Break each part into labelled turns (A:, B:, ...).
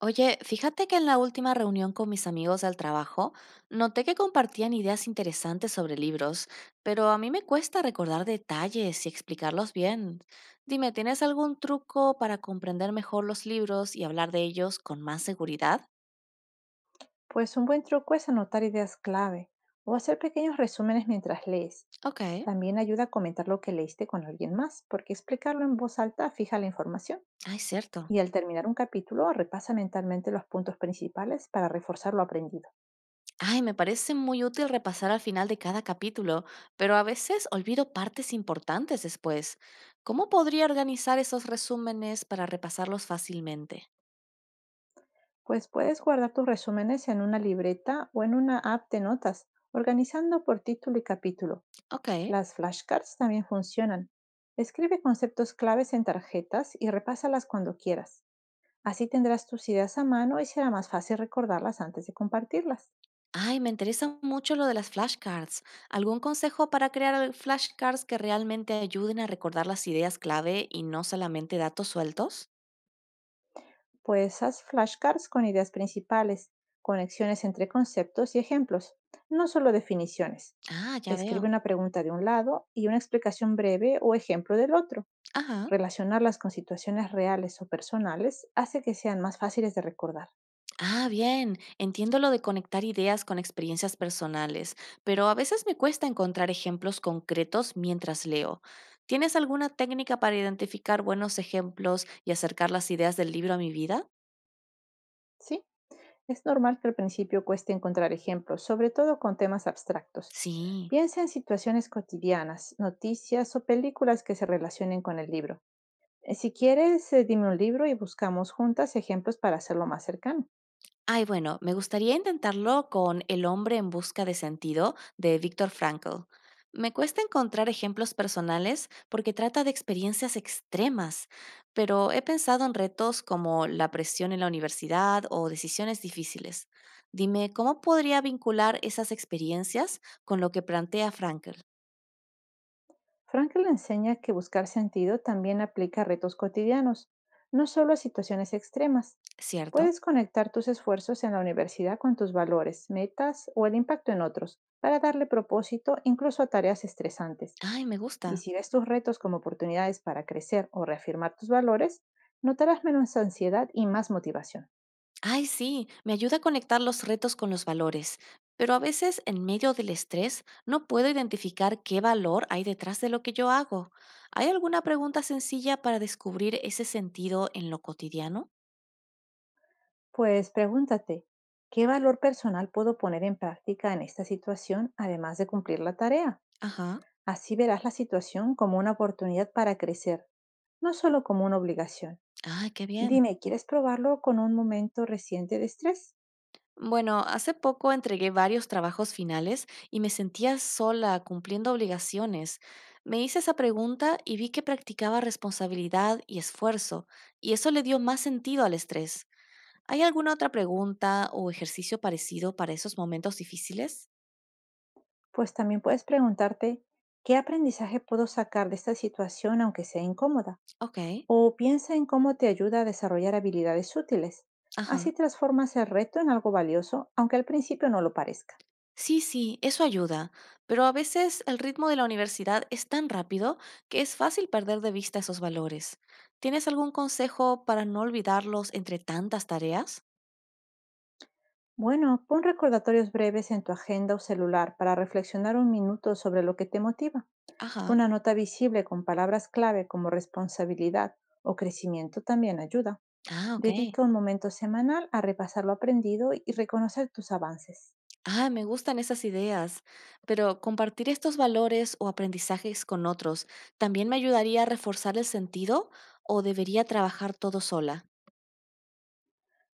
A: Oye, fíjate que en la última reunión con mis amigos del trabajo, noté que compartían ideas interesantes sobre libros, pero a mí me cuesta recordar detalles y explicarlos bien. Dime, ¿tienes algún truco para comprender mejor los libros y hablar de ellos con más seguridad?
B: Pues un buen truco es anotar ideas clave o hacer pequeños resúmenes mientras lees.
A: Ok.
B: También ayuda a comentar lo que leíste con alguien más, porque explicarlo en voz alta fija la información
A: Ay, cierto.
B: y al terminar un capítulo repasa mentalmente los puntos principales para reforzar lo aprendido.
A: Ay, me parece muy útil repasar al final de cada capítulo, pero a veces olvido partes importantes después. ¿Cómo podría organizar esos resúmenes para repasarlos fácilmente?
B: Pues puedes guardar tus resúmenes en una libreta o en una app de notas, organizando por título y capítulo.
A: Ok.
B: Las flashcards también funcionan. Escribe conceptos claves en tarjetas y repásalas cuando quieras. Así tendrás tus ideas a mano y será más fácil recordarlas antes de compartirlas.
A: Ay, me interesa mucho lo de las flashcards. ¿Algún consejo para crear flashcards que realmente ayuden a recordar las ideas clave y no solamente datos sueltos?
B: Pues haz flashcards con ideas principales, conexiones entre conceptos y ejemplos, no solo definiciones.
A: Ah, ya veo.
B: Escribe una pregunta de un lado y una explicación breve o ejemplo del otro.
A: Ajá.
B: Relacionarlas con situaciones reales o personales hace que sean más fáciles de recordar.
A: Ah, bien. Entiendo lo de conectar ideas con experiencias personales, pero a veces me cuesta encontrar ejemplos concretos mientras leo. ¿Tienes alguna técnica para identificar buenos ejemplos y acercar las ideas del libro a mi vida?
B: ¿Sí? Es normal que al principio cueste encontrar ejemplos, sobre todo con temas abstractos.
A: Sí.
B: Piensa en situaciones cotidianas, noticias o películas que se relacionen con el libro. Si quieres, dime un libro y buscamos juntas ejemplos para hacerlo más cercano.
A: Ay, bueno, me gustaría intentarlo con El hombre en busca de sentido de Viktor Frankl. Me cuesta encontrar ejemplos personales porque trata de experiencias extremas, pero he pensado en retos como la presión en la universidad o decisiones difíciles. Dime, ¿cómo podría vincular esas experiencias con lo que plantea Frankl?
B: Frankl enseña que buscar sentido también aplica a retos cotidianos, no solo a situaciones extremas.
A: ¿Cierto?
B: Puedes conectar tus esfuerzos en la universidad con tus valores, metas o el impacto en otros, para darle propósito incluso a tareas estresantes.
A: Ay, me
B: Y
A: gusta.
B: si ves tus retos como oportunidades para crecer o reafirmar tus valores, notarás menos ansiedad y más motivación.
A: Ay, sí, me ayuda a conectar los retos con los valores, pero a veces en medio del estrés no puedo identificar qué valor hay detrás de lo que yo hago. ¿Hay alguna pregunta sencilla para descubrir ese sentido en lo cotidiano?
B: Pues pregúntate, ¿qué valor personal puedo poner en práctica en esta situación además de cumplir la tarea?
A: Ajá.
B: Así verás la situación como una oportunidad para crecer, no solo como una obligación.
A: Ay, qué bien.
B: Dime, ¿quieres probarlo con un momento reciente de estrés?
A: Bueno, hace poco entregué varios trabajos finales y me sentía sola cumpliendo obligaciones. Me hice esa pregunta y vi que practicaba responsabilidad y esfuerzo, y eso le dio más sentido al estrés. ¿Hay alguna otra pregunta o ejercicio parecido para esos momentos difíciles?
B: Pues también puedes preguntarte, ¿qué aprendizaje puedo sacar de esta situación aunque sea incómoda?
A: Ok,
B: O piensa en cómo te ayuda a desarrollar habilidades útiles.
A: ajá.
B: Así transformas el reto en algo valioso, aunque al principio no lo parezca.
A: Sí, sí, eso ayuda, pero a veces el ritmo de la universidad es tan rápido que es fácil perder de vista esos valores. ¿Tienes algún consejo para no olvidarlos entre tantas tareas?
B: Bueno, pon recordatorios breves en tu agenda o celular para reflexionar un minuto sobre lo que te motiva.
A: Ajá.
B: Una nota visible con palabras clave como responsabilidad o crecimiento también ayuda.
A: Ah, ok.
B: Dedica un momento semanal a repasar lo aprendido y reconocer tus avances.
A: Ah, me gustan esas ideas, pero compartir estos valores o aprendizajes con otros también me ayudaría a reforzar el sentido o debería trabajar todo sola.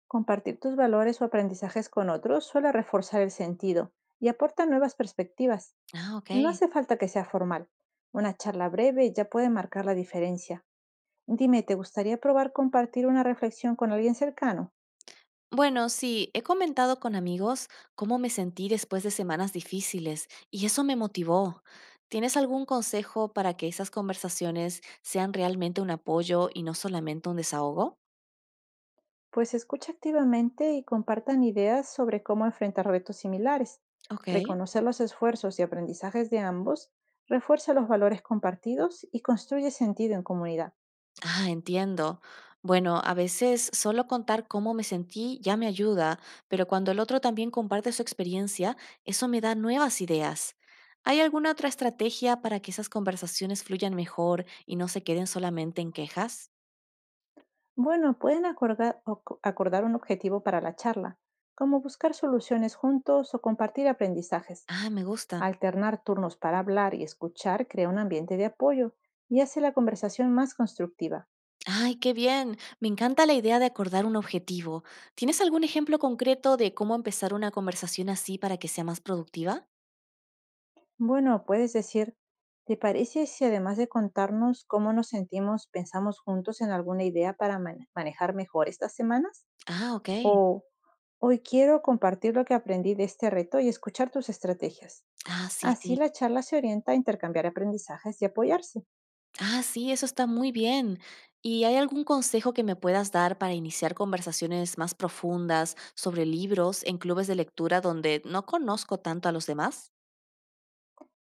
B: Compartir tus valores o aprendizajes con otros suele reforzar el sentido y aporta nuevas perspectivas.
A: Ah, ok.
B: No hace falta que sea formal. Una charla breve ya puede marcar la diferencia. Dime, ¿te gustaría probar compartir una reflexión con alguien cercano?
A: Bueno, sí, he comentado con amigos cómo me sentí después de semanas difíciles y eso me motivó. ¿Tienes algún consejo para que esas conversaciones sean realmente un apoyo y no solamente un desahogo?
B: Pues escucha activamente y compartan ideas sobre cómo enfrentar retos similares.
A: Ok.
B: Reconocer los esfuerzos y aprendizajes de ambos refuerza los valores compartidos y construye sentido en comunidad.
A: Ah, entiendo. Bueno, a veces solo contar cómo me sentí ya me ayuda, pero cuando el otro también comparte su experiencia, eso me da nuevas ideas. ¿Hay alguna otra estrategia para que esas conversaciones fluyan mejor y no se queden solamente en quejas?
B: Bueno, acordar un objetivo para la charla, como buscar soluciones juntos o compartir aprendizajes.
A: Ah, me gusta.
B: Alternar turnos para hablar y escuchar crea un ambiente de apoyo y hace la conversación más constructiva.
A: Ay, qué bien. Me encanta la idea de acordar un objetivo. ¿Tienes algún ejemplo concreto de cómo empezar una conversación así para que sea más productiva?
B: Bueno, puedes decir, ¿te parece si además de contarnos cómo nos sentimos, pensamos juntos en alguna idea para manejar mejor estas semanas?
A: Ah, ok.
B: O hoy quiero compartir lo que aprendí de este reto y escuchar tus estrategias.
A: Ah, sí,
B: Así
A: sí.
B: la charla se orienta a intercambiar aprendizajes y apoyarse.
A: Ah, sí, eso está muy bien. ¿Y hay algún consejo que me puedas dar para iniciar conversaciones más profundas sobre libros en clubes de lectura donde no conozco tanto a los demás?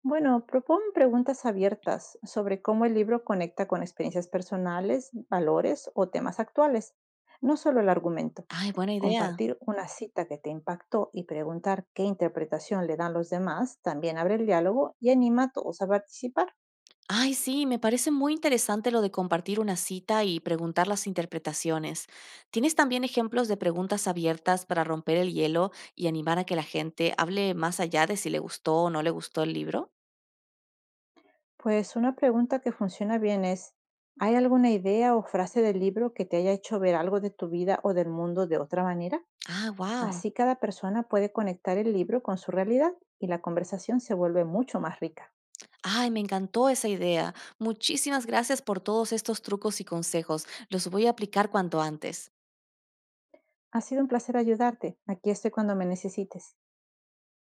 B: Bueno, propon preguntas abiertas sobre cómo el libro conecta con experiencias personales, valores o temas actuales, no solo el argumento.
A: Ay, buena idea.
B: Compartir una cita que te impactó y preguntar qué interpretación le dan los demás también abre el diálogo y anima a todos a participar.
A: Ay, sí, me parece muy interesante lo de compartir una cita y preguntar las interpretaciones. ¿Tienes también ejemplos de preguntas abiertas para romper el hielo y animar a que la gente hable más allá de si le gustó o no le gustó el libro?
B: Pues una pregunta que funciona bien es, ¿hay alguna idea o frase del libro que te haya hecho ver algo de tu vida o del mundo de otra manera?
A: Ah, wow.
B: Así cada persona puede conectar el libro con su realidad y la conversación se vuelve mucho más rica.
A: Ay, me encantó esa idea. Muchísimas gracias por todos estos trucos y consejos. Los voy a aplicar cuanto antes.
B: Ha sido un placer ayudarte. Aquí estoy cuando me necesites.